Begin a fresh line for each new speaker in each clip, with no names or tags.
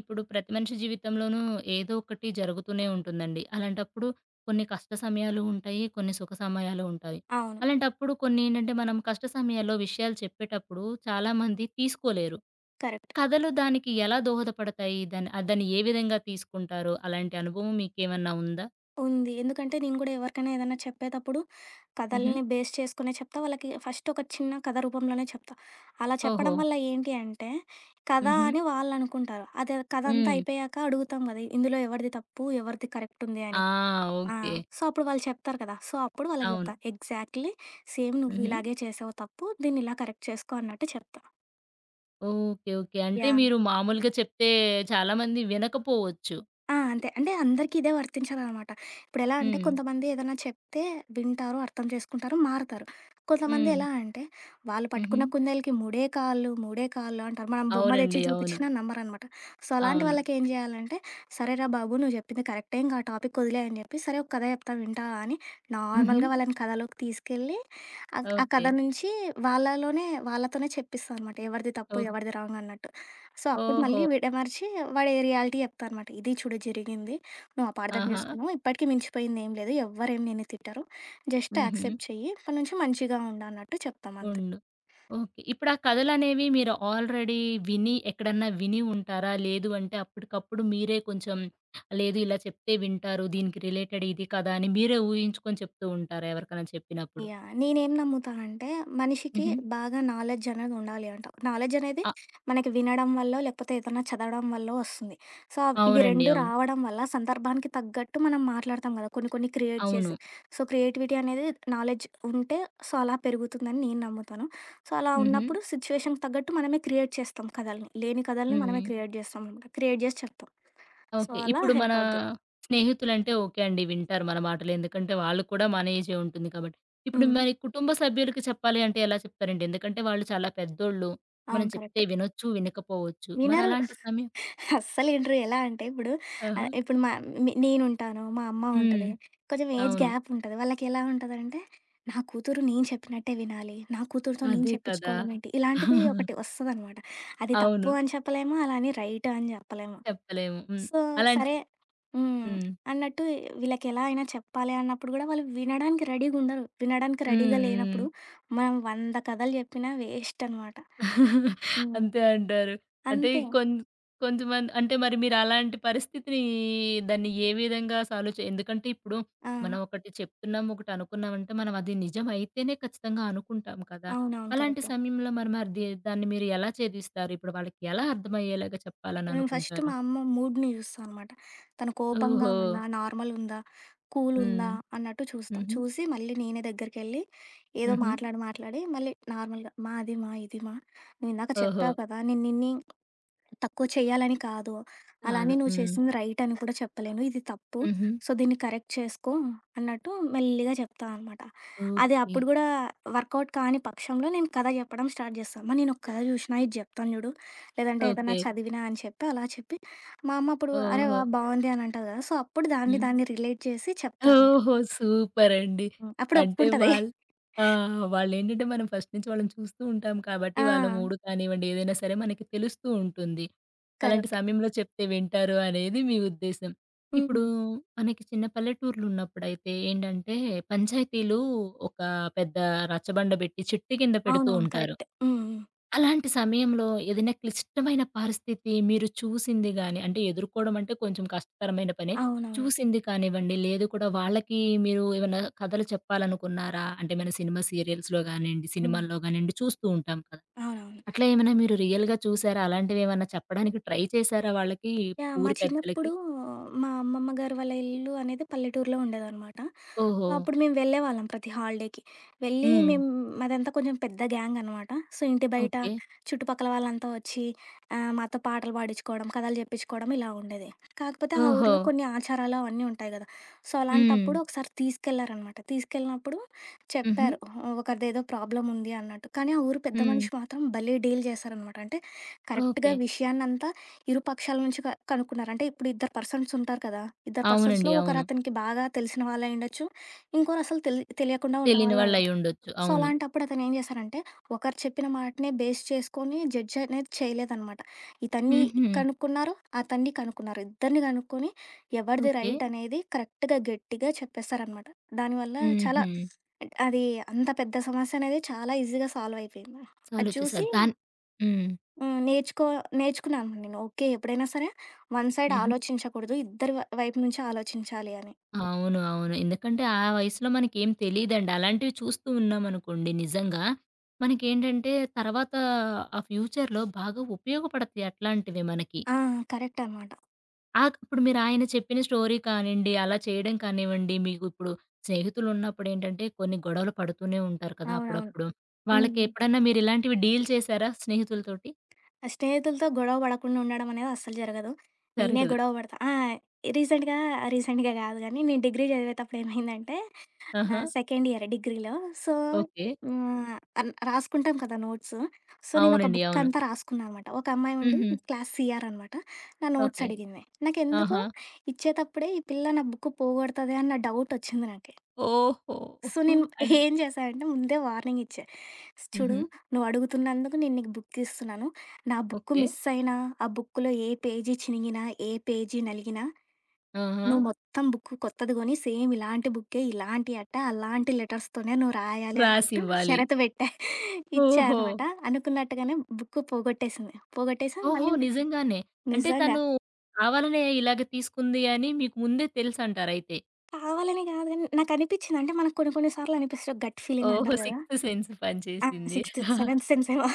ఇప్పుడు ప్రతి మనిషి జీవితంలోనూ ఏదో ఒకటి జరుగుతూనే ఉంటుందండి. అలాంటప్పుడు కొన్ని కష్ట సమయాలు ఉంటాయి. కొన్ని సుఖ సమయాలు ఉంటాయి.
అవును.
అలాంటప్పుడు కొన్ని ఏంటంటే మనం కష్ట సమయాల్లో విషయాలు చెప్పేటప్పుడు చాలామంది తీసుకోలేరు.
కరెక్ట్.
కథలు దానికి ఎలా దోహదపడతాయి? దాన్ని దాన్ని ఏ విధంగా తీసుకుంటారు? అలాంటి అనుభవం మీకేమన్నా ఉందా?
ఉంది. ఎందుకంటే నేను గూడా ఎవరికైనా ఏదన్నా చెప్పేతప్పుడు
హుహు.
కథల్ని బేస్ చేసుకునే చెప్తా. వాళ్ళకి ఫస్ట్ ఒక చిన్న కథ రూపంలోనే చెప్తా. అలా
ఓహో!
చెప్పడం వల్ల ఏంటి అంటే, కథ
హుహు.
అని వాళ్ళనుకుంటారు. అదే కథ అంతా
హ్మ్.
అయిపోయాక అడుగుతాం గదా! ఇందులో ఎవరిది తప్పు, ఎవరిది కరెక్ట్ ఉంది
ఆ!
అని. ఆ!
ఓకే.
సో, అప్పుడు వాళ్ళు చెప్తారు కదా! సో, అప్పుడు వాళ్ళకి
అవును.
జెప్తా. ఎగ్జాక్ట్‌లీ సేమ్ నువ్వు
హుహు.
ఇలాగే చేసావు తప్పు. దీన్ని ఇలా కరెక్ట్ చేసుకో అన్నట్టు చెప్తా.
ఓకే. ఓకే. అంటే
యాహ్!
మీరు మామూలుగా చెప్తే చాలామంది వినకపోవచ్చు.
ఆ! అంతే. అంటే అందరికీ ఇదే వర్తించదనమాట. ఇప్పుడెలా అంటే
హ్మ్.
కొంతమంది ఏదన్నా చెప్తే వింటారు, అర్థం చేసుకుంటారు, మారతారు. కొంతమంది
హ్మ్.
ఎలా అంటే వాళ్ళు
హుహు.
పట్టుకున్న కుందేలుకి మూడే కాళ్ళు, మూడే కాళ్ళు అంటారు. మనం బొమ్మ తెచ్చి
అవునండి. అవును.
చూపించినా నమ్మరనమాట. సో, అలాంటి
అవును.
వాళ్ళకేం జేయాలంటే, "సరేరా బాబు నువ్వు చెప్పింది కరెక్టే ఇంక ఆ టాపిక్ ఒదిలేయి" అని చెప్పి, "సరే ఒక కథ చెప్తా వింటావా" అని
హుహు.
నార్మల్‌గా వాళ్ళని కథలోకి తీసుకెళ్ళి ఆ ఆ
ఓకే.
కథ నుంచి వాళ్ళలోనే వాళ్ళతోనే చెప్పిస్తా అనమాట. ఎవరిది తప్పు,
ఓహ్!
ఎవరిది రాంగ్ అన్నట్టు. సో, అప్పుడు
ఓహో!
మళ్ళీ విడమర్చి వాడు రియాలిటీ చెప్తాడనమాట. ఇది చూడు జరిగింది. నువ్వు అపార్థం
ఆహా!
చేసుకున్నావు. ఇప్పటికి మించిపోయిందేం లేదు. ఎవ్వరేం నిన్ను తిట్టరు. జస్ట్
హుహు.
యాక్సెప్ట్ చెయ్యి. ఇప్పటి నుంచి మంచిగా ఉండు అన్నట్టు చెప్తాం అంతే.
ఉండు. ఓకే. ఇప్పుడు ఆ కథలనేవి మీరు ఆల్రెడీ విని ఎక్కడన్నా విని ఉంటారా? లేదు అంటే అప్పటికప్పుడు మీరే కొంచెం లేదు ఇలా చెప్తే వింటారు. దీనికి రిలేటెడ్ ఇది కదా! అని మీరే ఊహించుకొని చెప్తూ ఉంటారా ఎవరికైనా చెప్పినప్పుడు?
యాహ్! నేనేం నమ్ముతానంటే, మనిషికి
హుహు.
బాగా నాలెడ్జ్ అనేది ఉండాలి అంట. నాలెడ్జ్ అనేది
అ
మనకి వినడం వల్లో, లేకపోతే ఏదన్నా చదవడం వల్లో వస్తుంది. సో, ఇవి
అవునండి.
2
అవును.
రావడం వల్ల సందర్భానికి తగ్గట్టు మనం మాట్లాడతాం గదా! కొన్ని కొన్ని క్రియేట్
అవును.
చేసి. సో, క్రియేటివిటీ అనేది నాలెడ్జ్ ఉంటే సో, అలా పెరుగుతుందని నేను నమ్ముతాను. సో, అలా
హుహు.
ఉన్నప్పుడు సిచ్యువేషన్‌కి తగ్గట్టు మనమే క్రియేట్ చేస్తాం కథల్ని. లేని కథల్ని
హ్మ్.
మనమే క్రియేట్ చేస్తాం. అనమాట, క్రియేట్ చేసి చెప్తాం. So,
okay.
అలా
ఇప్పుడు మన
హెల్ప్ అవుద్ది.
స్నేహితులంటే ఓకే అండి. వింటారు మన మాటలు. ఎందుకంటే వాళ్ళు కూడా మన ఏజే ఉంటుంది కాబట్టి. ఇప్పుడు
హ్మ్.
మరి కుటుంబ సభ్యులకి చెప్పాలి అంటే ఎలా చెప్తారండి? ఎందుకంటే వాళ్ళు చాలా పెద్దోళ్ళు. మనం
అవును.
చెప్తే
కరెక్ట్.
వినొచ్చు, వినకపోవచ్చు. మరి
వినరు
అలాంటి సమయం
అస్సలినరు. ఎలా అంటే ఇప్పుడు
ఆహా!
ఇప్పుడు మా నే నేనుంటాను, మా అమ్మ
హ్మ్.
ఉంటది. కొంచెం ఏజ్
అవును.
గ్యాప్ ఉంటది. వాళ్ళకెలా ఉంటదంటే, నా కూతురు నేను చెప్పినట్టే వినాలి. నా కూతురుతో నేను
అదే కదా!
చెప్పించుకోవడం ఏంటి? ఇలాంటిది ఒకటి వస్తదనమాట. అది
అవును.
తప్పు అని చెప్పలేము. అలా అని రైట్ అని చెప్పలేము.
చెప్పలేము. హ్మ్.
సో,
అలాంటి
సరే హ్మ్.
హ్మ్.
అన్నట్టు వీళ్ళకెలా అయినా చెప్పాలి అన్నప్పుడు గూడా వాళ్ళు వినడానికి రెడీగుండరు. వినడానికి
హ్మ్.
రెడీగా లేనప్పుడు
హ్మ్.
మనం 100 కథలు చెప్పినా వేస్ట్ అనమాట. హ్మ్.
అంతే అంటారు. అంటే
అంతే.
కొం కొంతమంది అంటే మరి మీరు అలాంటి పరిస్థితిని దాన్ని ఏ విధంగా సాల్వ్ చే ఎందుకంటే ఇప్పుడు
ఆ!
మనం ఒకటి చెప్తున్నాం, ఒకటి అనుకున్నామంటే మనం అది నిజం అయితేనే ఖచ్చితంగా అనుకుంటాం కదా!
అవునవును.
అలాంటి
కరెక్ట్.
సమయంలో మరి మరి ది దాన్ని మీరు ఎలా ఛేదిస్తారు? ఇప్పుడు వాళ్ళకి ఎలా అర్థమయ్యేలాగా చెప్పాలని
నేను ఫస్ట్
అనుకుంటారు?
మా అమ్మ మూడ్‌ని చూస్తా అనమాట. తను కోపంగా
ఓహో!
ఉందా? నార్మల్ ఉందా? కూల్ ఉందా?
హ్మ్.
అన్నట్టు చూస్తా.
హుహు.
చూసి మళ్ళీ నేనే దగ్గరికెళ్ళి ఏదో
హుహు.
మాట్లాడి, మాట్లాడి మళ్ళీ నార్మల్‌గా మా అది మా, ఇది మా నువ్వు ఇందాక
ఓహో!
చెప్పావు కదా! నేను నిన్ని తక్కువ చేయాలని కాదు.
కాదు.
అలానే నువ్వు
హ్మ్.
చేసింది రైట్ అని కూడా చెప్పలేను. ఇది తప్పు.
హుహు.
సో, దీన్ని కరెక్ట్ చేసుకో అన్నట్టు మెల్లిగా చెప్తా అనమాట. అది
ఓకే.
అప్పుడు గూడా వర్కౌట్ కాని పక్షంలో నేను కథ చెప్పడం స్టార్ట్ చేస్తా. అమ్మ నేనొక కథ చూషినా ఇది చెప్తాను జూడు. లేదంటే ఏదన్నా
ఓకే.
చదివినా అని చెప్పి అలా చెప్పి మా అమ్మ అప్పుడు అరే
ఓహో!
వాహ్! బావుంది అని అంటది కదా! సో, అప్పుడు దాన్ని
హ్మ్.
దాన్ని రిలేట్ చేసి చెప్తాను.
ఓహో! సూపరండి.
హ్మ్. అప్పుడు
అంటే
ఒప్పుకుంటది.
వాళ్ ఆ! వాళ్ళేంటంటే మనం ఫస్ట్ నుంచి వాళ్ళని చూస్తూ ఉంటాం కాబట్టి
ఆ!
వాళ్ళ మూడ్ కానివ్వండి, ఏదైనా సరే మనకి తెలుస్తూ ఉంటుంది. అలాంటి
కరెక్ట్.
సమయంలో చెప్తే వింటారు అనేది మీ ఉద్దేశ్యం.
హ్మ్.
ఇప్పుడు మనకి చిన్న పల్లెటూర్లున్నప్పుడైతే ఏంటంటే పంచాయతీలు ఒక పెద్ద రచ్చబండ పెట్టి చెట్టు కింద పెడుతూ
అవునవును.
ఉంటారు.
కరెక్టే. హ్మ్. హ్మ్.
అలాంటి సమయంలో ఏదైనా క్లిష్టమైన పరిస్థితి మీరు చూసింది గాని, అంటే ఎదుర్కోవడం అంటే కొంచెం కష్టతరమైన పనే.
అవునవును.
చూసింది కానివ్వండి, లేదు కూడా వాళ్ళకి మీరు ఏమన్నా కథలు చెప్పాలనుకున్నారా? అంటే మన సినిమా సీరియల్స్‌లో గానియండి,
హ్మ్.
సినిమాల్లో గానియండి చూస్తూ ఉంటాం కదా!
అవునవును.
అట్లా ఏమైనా మీరు రియల్‌గా చూసారా? అలాంటివేమన్నా చెప్పడానికి ట్రై చేసారా వాళ్ళకి,
యాహ్! మా
ఊరు పెద్దలకి?
చిన్నప్పుడు మా అమ్మమ్మ గారు వాళ్ళ ఇల్లు అనేది పల్లెటూరులో ఉండేదనమాట.
ఓహో!
అప్పుడు మేము వెళ్ళేవాళ్ళం ప్రతి హాలిడేకి. వెళ్ళి
హ్మ్.
మేము మాదంతా కొంచెం పెద్ద గ్యాంగ్ అనమాట. సో, ఇంటి బయట
ఓకే.
చుట్టుపక్కల వాళ్ళంతా వచ్చి మాతో పాటలు పాడించుకోవడం, కథలు చెప్పించుకోవడం ఇలా ఉండేది. కాకపోతే ఆ ఆ!
ఓహో!
ఊర్లో కొన్ని ఆచారాలు అవన్నీ ఉంటాయి కదా! సో,
హ్మ్.
అలాంటప్పుడు ఒకసారి తీసుకెళ్లారనమాట. తీసుకెళ్ళినప్పుడు
హుహు.
చెప్పారు ఒకరిదేదో ప్రాబ్లమ్ ఉంది అన్నట్టు. కానీ ఆ ఊరు పెద్ద
హ్మ్.
మనిషి మాత్రం భలే డీల్ చేశారనమాట. అంటే కరెక్ట్‌గా
ఓకే.
విషయాన్నంతా ఇరు పక్షాల నుంచి కనుక్కున్నారు. అంటే ఇప్పుడు ఇద్దరు పర్సన్స్ ఉంటారు కదా! ఇద్దరు
అవునండి.
పర్సన్స్‌లో
అవును.
ఒకరతనికి బాగా తెలిసిన వాళ్ళయుండొచ్చు. ఇంకోరసలు తెలియకుండా
తెలియని
ఉండేవాళ్ళయి
వాళ్ళయ్యుండొచ్చు.
సో,
అవును.
అలాంటప్పుడు అతనేం చేశారంటే, ఒకరు చెప్పిన మాటనే బేస్ చేసుకొని జడ్జ్ అనేది చేయలేదనమాట. ఇతన్ని
హుహు.
కనుక్కున్నారు, అతన్ని కనుక్కున్నారు. ఇద్దరిని కనుక్కొని ఎవరిది
ఓకే.
రైట్ అనేది కరెక్ట్‌గా గట్టిగా చెప్పేసారనమాట. దానివల్ల చాలా
హుహు.
అది అంత పెద్ద సమస్య అనేది చాలా ఈజీగా సాల్వ్ అయిపోయింది. అది
చాలొచ్చేసారు.
చూసి
హ్మ్.
హ్మ్. నేర్చుకున్నాను నేను. ఓకే. ఎప్పుడైనా సరే వన్ సైడ్
హుహు.
ఆలోచించకూడదు. ఇద్దరి వైపు నుంచి ఆలోచించాలి అని.
అవును. అవును. ఎందుకంటే ఆ వయసులో మనకేం తెలీదండి. అలాంటివి చూస్తూ ఉన్నామనుకోండి నిజంగా, మనకేంటంటే తర్వాత ఆ ఫ్యూచర్‌లో బాగా ఉపయోగపడతాయి అట్లాంటివి మనకి.
ఆ! కరెక్ట్ అనమాట.
ఇప్పుడు మీరు ఆయన చెప్పిన స్టోరీ కానివ్వండి, అలా చేయడం కానివ్వండి, మీకు ఇప్పుడు స్నేహితులున్నప్పుడేంటంటే కొన్ని గొడవలు పడుతూనే ఉంటారు కదా!
అవునవును.
అప్పుడప్పుడు.
హ్మ్.
వాళ్ళకెప్పుడన్నా మీరిలాంటివి డీల్ చేసారా స్నేహితులతోటి?
స్నేహితులతో గొడవ పడకుండా ఉండడం అనేది అస్సలు జరగదు. నేనే
జరగదు.
గొడవ పడతా. ఆ! రీసెంట్‌గా రీసెంట్‌గా కాదు గానీ, నేను డిగ్రీ చదివేటప్పుడు ఏమైందంటే ఆ!
ఆహా!
సెకండ్ ఇయరే డిగ్రీలో. So,
okay.
హ్మ్. రాసుకుంటాం కదా నోట్స్. సో, నేనొక
అవునండి.
బుక్
అవును.
అంతా రాసుకున్నా అనమాట. ఒక అమ్మాయి ఉండి
హుహు.
క్లాస్ సీఆర్ అనమాట. నా నోట్స్
ఓకే.
అడిగింది. నాకెందుకో
ఆహా!
ఇచ్చేటప్పుడే ఈ పిల్ల నా బుక్ పోగొడతదే అన్న డౌటొచ్చింది నాకి.
ఓహో!
సో, నేను
అన్
ఏం చేశా అంటే ముందే వార్నింగ్ ఇచ్చా. చూడు
హుహు.
నువ్వు అడుగుతున్నందుకు నేను నీకు బుక్ ఇస్తున్నాను. నా బుక్
ఓకే.
మిస్ అయినా, ఆ బుక్‌లో ఏ పేజీ చినిగినా, ఏ పేజీ నలిగినా
ఆహా!
నువ్వు మొత్తం బుక్కు కొత్తది కొని సేమ్ ఇలాంటి బుక్కే, ఇలాంటి అట్ట, అలాంటి లెటర్స్‌తోనే నువ్వు రాయాలి అన్నట్టు
రాసివ్వాలి.
షరతు పెట్టా. ఇచ్చా
ఓహో!
అనమాట. అనుకున్నట్టుగానే బుక్కు పోగొట్టేసింది. పోగొట్టేసి
ఓహో!
మళ్ళీ
నిజంగానే. అంటే
నిజంగా.
తను కావాలనే ఇలాగ తీసుకుంది అని మీకు ముందే తెలుసంటారయితే.
కావాలని కాదు గానీ నాకనిపిచ్చింది. అంటే మనకు కొన్ని కొన్ని సార్లు అనిపిస్తది గట్ ఫీలింగ్
ఓహో!
అంటారు కదా!
సిక్స్త్ సెన్స్
ఆ!
పనిచేసింది.
Sixth, seventh సెన్సేమో.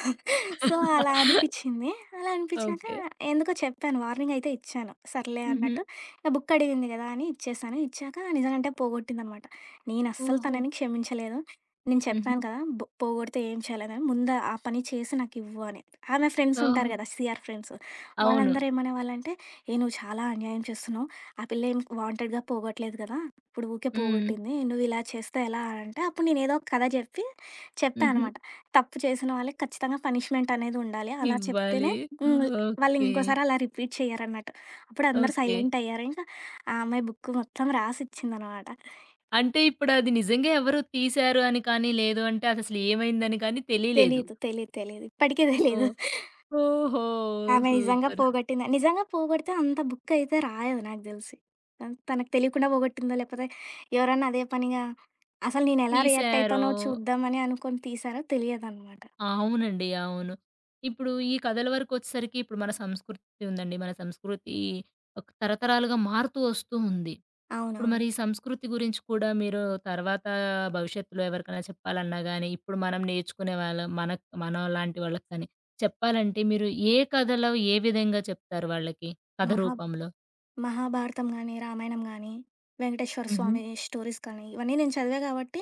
సో, అలా అనిపిచ్చింది. అలా అనిపిచ్చాక
ఓకే.
ఎందుకో చెప్పాను. వార్నింగ్ అయితే ఇచ్చాను. సర్లే
హుహు.
అన్నట్టు. ఇక బుక్ అడిగింది గదా! అని ఇచ్చేశాను. ఇచ్చాక నిజానంటే పోగొట్టిందనమాట. నేనస్సలు
ఓహో!
తనని క్షమించలేదు. నేను
హుహు.
చెప్పాను కదా! పోగొడితే ఏం చేయలేదని. ముందు ఆ పని చేసి నాకివ్వు అని. ఆమె ఫ్రెండ్స్ ఉంటారు
ఓహో!
గదా! CR friends.
అవును.
వాళ్ళందరూ ఏమనేవాళ్ళంటే, "ఏహ్! నువ్వు చాలా అన్యాయం చేస్తున్నావు. ఆ పిల్ల ఏం వాంటెడ్‌గా పోగొట్టలేదు గదా! ఇప్పుడు ఊకే
హ్మ్.
పోగొట్టింది. నువ్వు ఇలా చేస్తే ఎలా" అంటే అప్పుడు నేనేదో ఒక కథ జెప్పి చెప్పా
హుహు.
అనమాట. తప్పు చేసిన వాళ్ళకి ఖచ్చితంగా పనిష్మెంట్ అనేది ఉండాలి. అలా చెప్తేనే
ఇవ్వాలి.
హ్మ్. వాళ్ళు
ఓకే.
ఇంకోసారి అలా రిపీట్ చెయ్యరన్నట్టు. అప్పుడు అందరూ
ఓకే.
సైలెంట్ అయ్యారు. ఇంకా ఆ అమ్మాయి బుక్ మొత్తం రాసిచ్చిందనమాట.
అంటే ఇప్పుడు అది నిజంగా ఎవరో తీశారు అని కానీ, లేదు అంటే అదసలు ఏమైందని కానీ తెలియలేదు.
తెలీదు, తెలీదు, తెలీదు. ఇప్పటికి తెలీదు.
ఓహ్! ఓహో!
ఆమె నిజంగా
సూపర్.
పోగొట్టిందని. నిజంగా పోగొడితే అంత బుక్ అయితే రాయదు నాకు తెలిసి. హ్మ్. తనకు తెలియకుండా పోగొట్టిందో లేకపోతే ఎవరన్నా అదే పనిగా అసలు నేనెలా రియాక్ట్
తీశారు.
అయితానో చూద్దామని అనుకోని తీశారో తెలియదనమాట.
అవునండి. అవును. ఇప్పుడు ఈ కథల వరకొచ్చేసరికి ఇప్పుడు మన సంస్కృతి ఉందండి. మన సంస్కృతి ఒక తరతరాలుగా మారుతూ వస్తూ ఉంది. ఇప్పుడు
అవునవును.
మరి ఈ సంస్కృతి గురించి కూడా మీరు తర్వాత భవిష్యత్తులో ఎవరికైనా చెప్పాలన్నా గాని, ఇప్పుడు మనం నేర్చుకునే వాళ్ళం మన మనలాంటి వాళ్ళకి కానీ చెప్పాలంటే మీరు ఏ కథలో ఏ విధంగా చెప్తారు వాళ్ళకి? కథ
మహా
రూపంలో?
మహాభారతం గానీ, రామాయణం గానీ, వెంకటేశ్వర
హుహు.
స్వామి స్టోరీస్ కానీ, ఇవన్నీ నేను చదివా కాబట్టి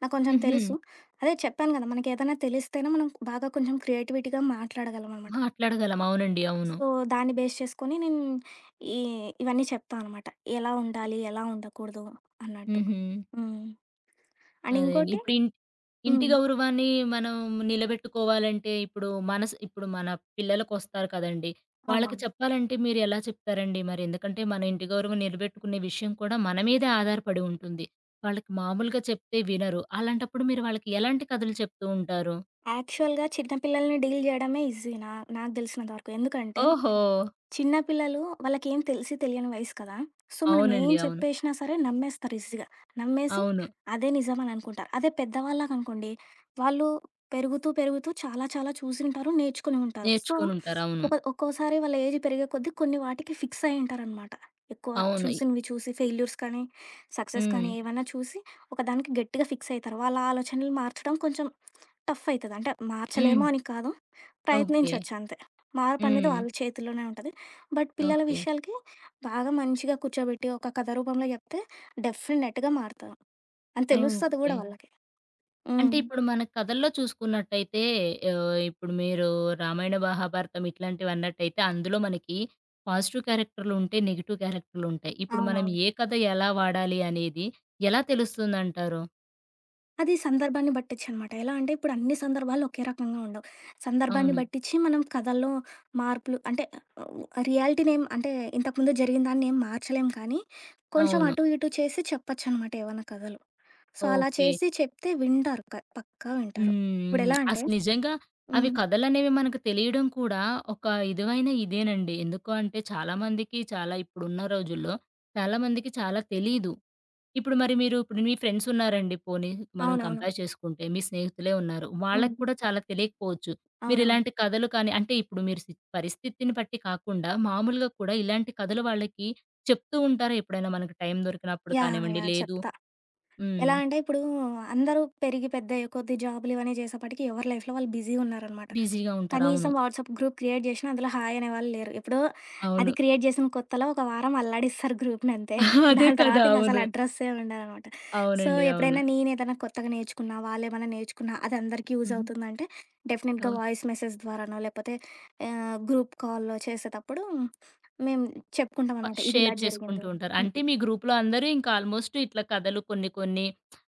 నాకు కొంచెం
హుహు.
తెలుసు. అదే చెప్పాను గదా! మనకేదైనా తెలిస్తేనే మనం బాగా కొంచెం క్రియేటివిటీగా మాట్లాడగలం అనమాట.
మాట్లాడగలం. అవునండి. అవును.
సో, దాన్ని బేస్ చేసుకొని నేను ఈ ఇవన్నీ చెప్తా అనమాట. ఎలా ఉండాలి? ఎలా ఉండకూడదు? అన్నట్టు.
హుహు.
హ్మ్. అండ్
అదే అండి.
ఇంకోటి
ఇప్పుడు ఇంటి
హ్మ్.
గౌరవాన్ని మనం నిలబెట్టుకోవాలంటే, ఇప్పుడు ఇప్పుడు మన పిల్లలకొస్తారు కదండీ! వాళ్ళకి
అవునవును.
చెప్పాలంటే మీరెలా చెప్తారండి మరి? ఎందుకంటే, మన ఇంటి గౌరవం నిలబెట్టుకునే విషయం కూడా మన మీదే ఆధారపడి ఉంటుంది. వాళ్ళకి మామూలుగా చెప్తే వినరు. అలాంటప్పుడు మీరు వాళ్ళకి ఎలాంటి కథలు చెప్తూ ఉంటారు?
యాక్చువల్‌గా చిన్న పిల్లల్ని డీల్ జేయడమే ఈజీ నాకు దెలిసినంత వరకు. ఎందుకంటే
ఓహో!
చిన్న పిల్లలు వాళ్ళకేం తెలియని వయసు కదా! సో, మనం అదే. ఏం
అవునండి. అవును.
చెప్పేసినా సరే నమ్మేస్తారు ఈజీగా. నమ్మేసి
అవును.
అదే నిజం అని అనుకుంటారు. అదే పెద్దవాళ్ళకనుకోండి, వాళ్ళు పెరుగుతూ, పెరుగుతూ చాలా చాలా చూసుంటారు, నేర్చుకుని ఉంటారు. సో,
నేర్చుకొనుంటారు. అవును.
ఒక్కోసారి వాళ్ళ ఏజ్ పెరిగే కొద్దీ కొన్ని వాటికి ఫిక్స్ అయ్యి ఉంటారనమాట. ఎక్కువ
అవును.
చూసినవి చూసి ఫెయిల్యూర్స్ కానీ, సక్సెస్
హ్మ్.
కానీ ఏవైనా చూసి ఒకదానికి గట్టిగా ఫిక్స్ అయితారు. వాళ్ళ ఆలోచనలు మార్చడం కొంచెం టఫ్ అయితది. అంటే
హ్మ్.
మార్చలేము అని కాదు.
ఓకే.
ప్రయత్నించొచ్చు అంతే. మార్పు అనేది
హ్మ్.
వాళ్ళ చేతుల్లోనే ఉంటది. బట్ పిల్లల
ఓకే.
విషయాలకి బాగా మంచిగా కూర్చోబెట్టి ఒక కథ రూపంలో చెప్తే డెఫినెట్‌గా మారుతారు. అని తెలుస్తది
ఓకే.
గూడా వాళ్ళకి. హ్మ్.
అంటే ఇప్పుడు మన కథల్లో చూసుకున్నట్టయితే ఇప్పుడు మీరు 'రామాయణ మహాభారతం' ఇట్లాంటివన్నట్టయితే అందులో మనకి పాజిటివ్ క్యారెక్టర్‌లు ఉంటే, నెగెటివ్ క్యారెక్టర్‌లు ఉంటాయి. ఇప్పుడు మనం
అవునవును.
ఏ కథ ఎలా వాడాలి అనేది ఎలా తెలుస్తుందంటారు?
అది సందర్భాన్ని బట్టిచ్చనమాట. ఎలా అంటే ఇప్పుడు అన్ని సందర్భాలు ఒకే రకంగా ఉండవు. సందర్భాన్ని
అవును.
బట్టిచ్చి మనం కథల్లో మార్పులు అంటే రియాలిటీనేం అంటే ఇంతకుముందు జరిగిన దాన్నేం మార్చలేం కానీ, కొంచెం
అవును.
అటు ఇటు చేసి చెప్పొచ్చనమాట ఏవన్నా కథలు. సో, అలా
ఓకే.
చేసి చెప్తే వింటారు. పక్కా వింటారు.
హ్మ్.
ఇప్పుడెలా అంటే
అసలు నిజంగా అవి
హ్మ్.
కథలనేవి మనకు తెలియడం కూడా ఒక ఇదివైన ఇదేనండి. ఎందుకు అంటే చాలామందికి చాలా ఇప్పుడున్న రోజుల్లో చాలామందికి చాలా తెలీదు. ఇప్పుడు మరి మీరు ఇప్పుడు మీ ఫ్రెండ్స్ ఉన్నారండి పోనీ మనం
అవునవును.
కంపేర్ చేసుకుంటే. మీ స్నేహితులే ఉన్నారు. వాళ్ళకి
హ్మ్.
కూడా చాలా తెలియకపోవచ్చు.
అవునవును.
మీరిలాంటి కథలు కానీ అంటే ఇప్పుడు మీరు పరిస్థితిని బట్టి కాకుండా మామూలుగా కూడా ఇలాంటి కథలు వాళ్ళకి చెప్తూ ఉంటారా ఎప్పుడైనా మనకు టైం దొరికినప్పుడు
యాహ్!
కానివ్వండి,
యాహ్!
లేదు
చెప్తా.
హ్మ్.
ఎలా అంటే ఇప్పుడు అందరూ పెరిగి పెద్దయ్యే కొద్ది జాబులు ఇవన్నీ చేసేప్పటికి ఎవరి లైఫ్‌లో వాళ్ళు బిజీ ఉన్నారనమాట.
బిజీగా ఉంటారు. అవును.
కనీసం వాట్సాప్ గ్రూప్ క్రియేట్ చేషినా అందులో హాయ్ అనేవాళ్ళు లేరు. ఎప్పుడో అది
అవును.
క్రియేట్ చేసిన కొత్తలో ఒక వారం అల్లాడిస్తారు గ్రూప్‌నంతే.
అదే
దాని తర్వాత
కదా!
ఇంక అసలు
అవును.
అడ్రస్సే ఉండదనమాట. సో,
అవునండి. అవును.
ఎప్పుడైనా నేనేదైనా కొత్తగా నేర్చుకున్నా, వాళ్ళేమన్నా నేర్చుకున్నా అది అందరికీ యూజ్
హుహు.
అవుతుందంటే డెఫినెట్‌గా
ఓహ్!
వాయిస్ మెసేజ్ ద్వారానో, లేపోతే గ్రూప్ కాల్‌లో చేసేటప్పుడు మేము
ప
చెప్పుకుంటామనమాట.
షేర్
ఇదిలా జరిగింది.
చేసుకుంటూ ఉంటారు. అంటే మీ గ్రూప్‌లో అందరూ ఇంకా ఆల్మోస్ట్ ఇట్లా కథలు కొన్ని కొన్ని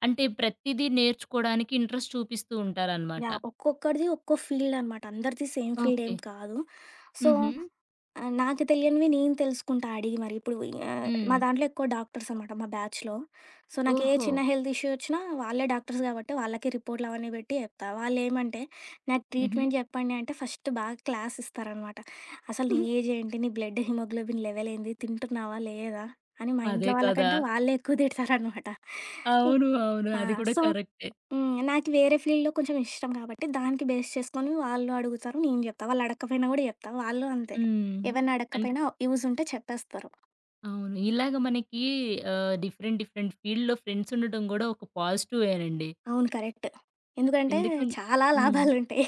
అంటే ప్రతీదీ నేర్చుకోవడానికి ఇంట్రెస్ట్ చూపిస్తూ ఉంటారనమాట.
యాహ్! ఒక్కొక్కడిది ఒక్కో ఫీల్డనమాట. అందరిది సేమ్
ఓకే.
ఫీల్డేం కాదు. సో,
హుహు.
నాకు తెలియనివి నేను తెలుసుకుంటా అడిగి మరి. ఇప్పుడు మా
హ్మ్.
దాంట్లో ఎక్కువ డాక్టర్సనమాట మా బ్యాచ్‌లో. సో, నాకే
ఓహో!
చిన్న హెల్త్ ఇష్యూ ఒచ్చినా వాళ్ళే డాక్టర్స్ కాబట్టి వాళ్ళకి రిపోర్ట్‌లవన్నీ బెట్టి జెప్తా. వాళ్ళేమంటే, నాకు
హుహు.
ట్రీట్మెంట్ జెప్పండి అంటే ఫస్ట్ బాగా క్లాస్ ఇస్తారనమాట. అసలు నీ ఏజేంటి? నీ బ్లడ్ హిమోగ్లోబిన్ లెవెలేంది? తింటున్నావా? లేదా? అని మా
అదే
ఇంట్లో
కదా!
వాళ్ళకంటే వాళ్ళే ఎక్కువ తిడతారనమాట. ఇ
అవును. అవును.
ఆ!
అది కూడా
సో
కరెక్టే.
హ్మ్. నాకు వేరే ఫీల్డ్‌లో కొంచెం ఇష్టం కాబట్టి, దానికి బేస్ చేసుకొని వాళ్ళు అడుగుతారు, నేను జెప్తా. వాళ్ళు అడగకపోయినా గూడా జెప్తా. వాళ్ళు అంతే.
హ్మ్.
ఏవన్నా
అన్
అడగకపోయినా యూజ్ ఉంటే చెప్పేస్తారు.
అవును. ఇలాగ మనకి డిఫరెంట్ డిఫరెంట్ ఫీల్డ్‌లో ఫ్రెండ్స్ ఉండటం కూడా ఒక పాజిటివేనండి.
అవును. కరెక్ట్. ఎందుకంటే
ఎందుకం
చాలా
హ్మ్.
లాభాలుంటాయి.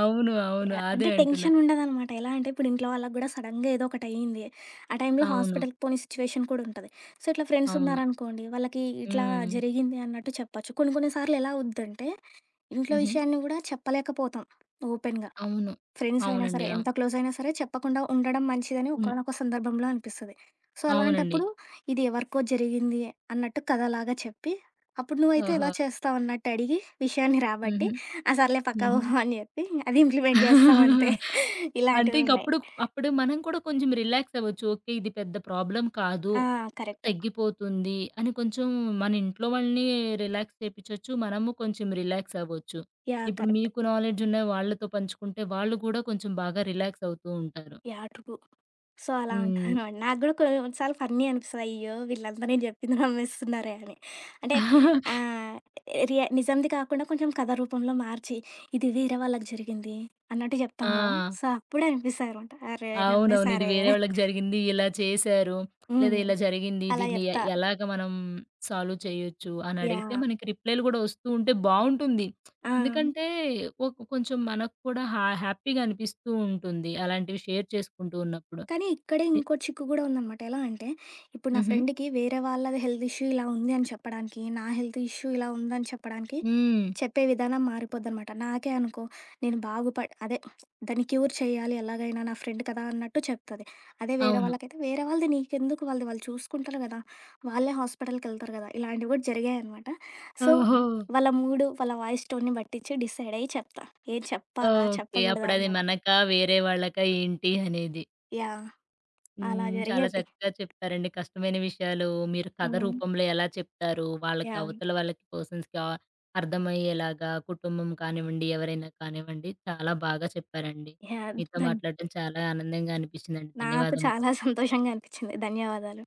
అవును. అవును.
యాహ్!
అదే
అంటే
అంటున్నా.
టెన్షన్ ఉండదనమాట. ఎలా అంటే ఇప్పుడు ఇంట్లో వాళ్ళకి గూడా సడెన్‌గా ఏదో ఒకటయింది. ఆ టైంలో
అవును.
హాస్పిటల్‌కి పోని సిచ్యువేషన్ కూడా ఉంటది. సో, ఇట్లా ఫ్రెండ్స్
అవును.
ఉన్నారనుకోండి, వాళ్ళకి ఇట్లా
హ్మ్.
జరిగింది అన్నట్టు చెప్పొచ్చు. కొన్ని కొన్ని సార్లు ఎలా అవుద్దంటే, ఇంట్లో
హుహు.
విషయాన్ని గూడా చెప్పలేకపోతాం ఓపెన్‌గా.
అవును.
ఫ్రెండ్స్ అయినా సరే,
అవునండి.
ఎంత క్లోజ్ అయినా సరే చెప్పకుండా ఉండడం మంచిదని
హ్మ్.
ఒకానొక సందర్భంలో అనిపిస్తది. సో,
అవునండి.
అలాంటప్పుడు ఇది ఎవరికో జరిగింది అన్నట్టు కథలాగా చెప్పి, అప్పుడు నువ్వైతే ఎలా
ఓహో!
చేస్తావన్నట్టు అడిగి, విషయాన్ని రాబట్టి,
హుహు.
ఆ! సర్లే పక్కా
హుహు.
ఊహ అని చెప్పి అది ఇంప్లిమెంట్ చేస్తాం అంతే.
అంటే ఇంక
ఇలాంటివున్నాయి.
అప్పుడు, అప్పుడు మనం కూడా కొంచెం రిలాక్స్ అవ్వచ్చు. ఓకే. ఇది పెద్ద ప్రాబ్లమ్ కాదు.
ఆ! కరెక్ట్.
తగ్గిపోతుంది అని కొంచెం మన ఇంట్లో వాళ్ళని రిలాక్స్ చేపిచ్చొచ్చు. మనము కొంచెం రిలాక్స్ అవ్వచ్చు.
యాహ్!
ఇప్పుడు
కరెక్ట్.
మీకు నాలెడ్జ్ ఉన్న వాళ్ళతో పంచుకుంటే వాళ్ళు కూడా కొంచెం బాగా రిలాక్స్ అవుతూ ఉంటారు.
యాటుకు. సో, అలా
హ్మ్.
అంటాననమాట. నాకు గూడా కొన్ని కొన్ని సార్లు ఫన్నీ అనిపిస్తది. అయ్యో! వీళ్ళంతా నేను జెప్పింది నమ్మేస్తున్నారే అని. అంటే ఆహ్, నిజంది కాకుండా కొంచెం కథ రూపంలో మార్చి, ఇది వేరే వాళ్ళకి జరిగింది అన్నట్టు
ఆ!
జెప్తాం గదా! అవును. సో, అప్పుడే అనిపిస్తదనమాట. అరే!
అవునవును. ఇది
నమ్మేసారే
వేరే
అర్థమైంది.
వాళ్ళకి జరిగింది. ఇలా చేశారు. లేదా
హ్మ్.
ఇలా జరిగింది.
అలా
దీన్ని
జెప్తా.
ఎలాగ మనం సాల్వ్ చేయొచ్చు అని అడిగితే
యాహ్!
మనకి రిప్లైలు గూడా వస్తూ ఉంటే బావుంటుంది.
ఆ!
ఎందుకంటే ఒక కొంచెం మనకు కూడా హ్యాపీగా అనిపిస్తూ ఉంటుంది. అలాంటివి షేర్ చేసుకుంటూ ఉన్నప్పుడు.
కానీ ఇక్కడే
ఎ
ఇంకో చిక్కు గూడా ఉందనమాట. ఎలా అంటే, ఇప్పుడు నా
హుహు.
ఫ్రెండ్‌కి వేరే వాళ్ళది హెల్త్ ఇష్యూ ఇలా ఉంది అని చెప్పడానికి, నా హెల్త్ ఇష్యూ ఇలా ఉందని చెప్పడానికి
హ్మ్.
చెప్పే విధానం మారిపోద్దనమాట. నాకే అనుకో నేను బాగుపడ్ అదే దాన్ని క్యూర్ చేయాలి ఎలాగైనా నా ఫ్రెండ్ కదా అన్నట్టు చెప్తది. అదే వేరే
అవును.
వాళ్ళకైతే వేరే వాళ్ళది నీకెందుకు వాళ్ళది వాళ్ళు చూసుకుంటారు గదా! వాళ్ళే హాస్పిటల్‌కెళ్తారు గదా! ఇలాంటివి గూడా జరిగాయనమాట. సో,
ఓహో!
వాళ్ళ మూడు, వాళ్ళ వాయిస్ టోన్‌ని బట్టిచ్చి డిసైడ్ అయ్యి చెప్తా. ఏం చెప్పాలా?
ఓకే.
చెప్పకూడదా?
అప్పుడది
అన్నట్టు.
మనకా? వేరే వాళ్ళకా? ఏంటి అనేది.
యాహ్! అలా
హ్మ్. చాలా
జరిగేది.
చక్కగా చెప్పారండి. కష్టమైన విషయాలు మీరు కథ
హ్మ్.
రూపంలో ఎలా చెప్తారు? వాళ్ళకి
యాహ్!
అవతల వాళ్ళకి పర్సన్స్‌కి అర్థమయ్యేలాగా కుటుంబం కానివ్వండి, ఎవరైనా కానివ్వండి, చాలా బాగా చెప్పారండి.
యాహ్!
మీతో
ధన్
మాట్లాడడం చాలా ఆనందంగా అనిపించిందండి.
నాకు
ధన్యవాదములండి.
చాలా సంతోషంగా అనిపిచ్చింది. ధన్యవాదాలు.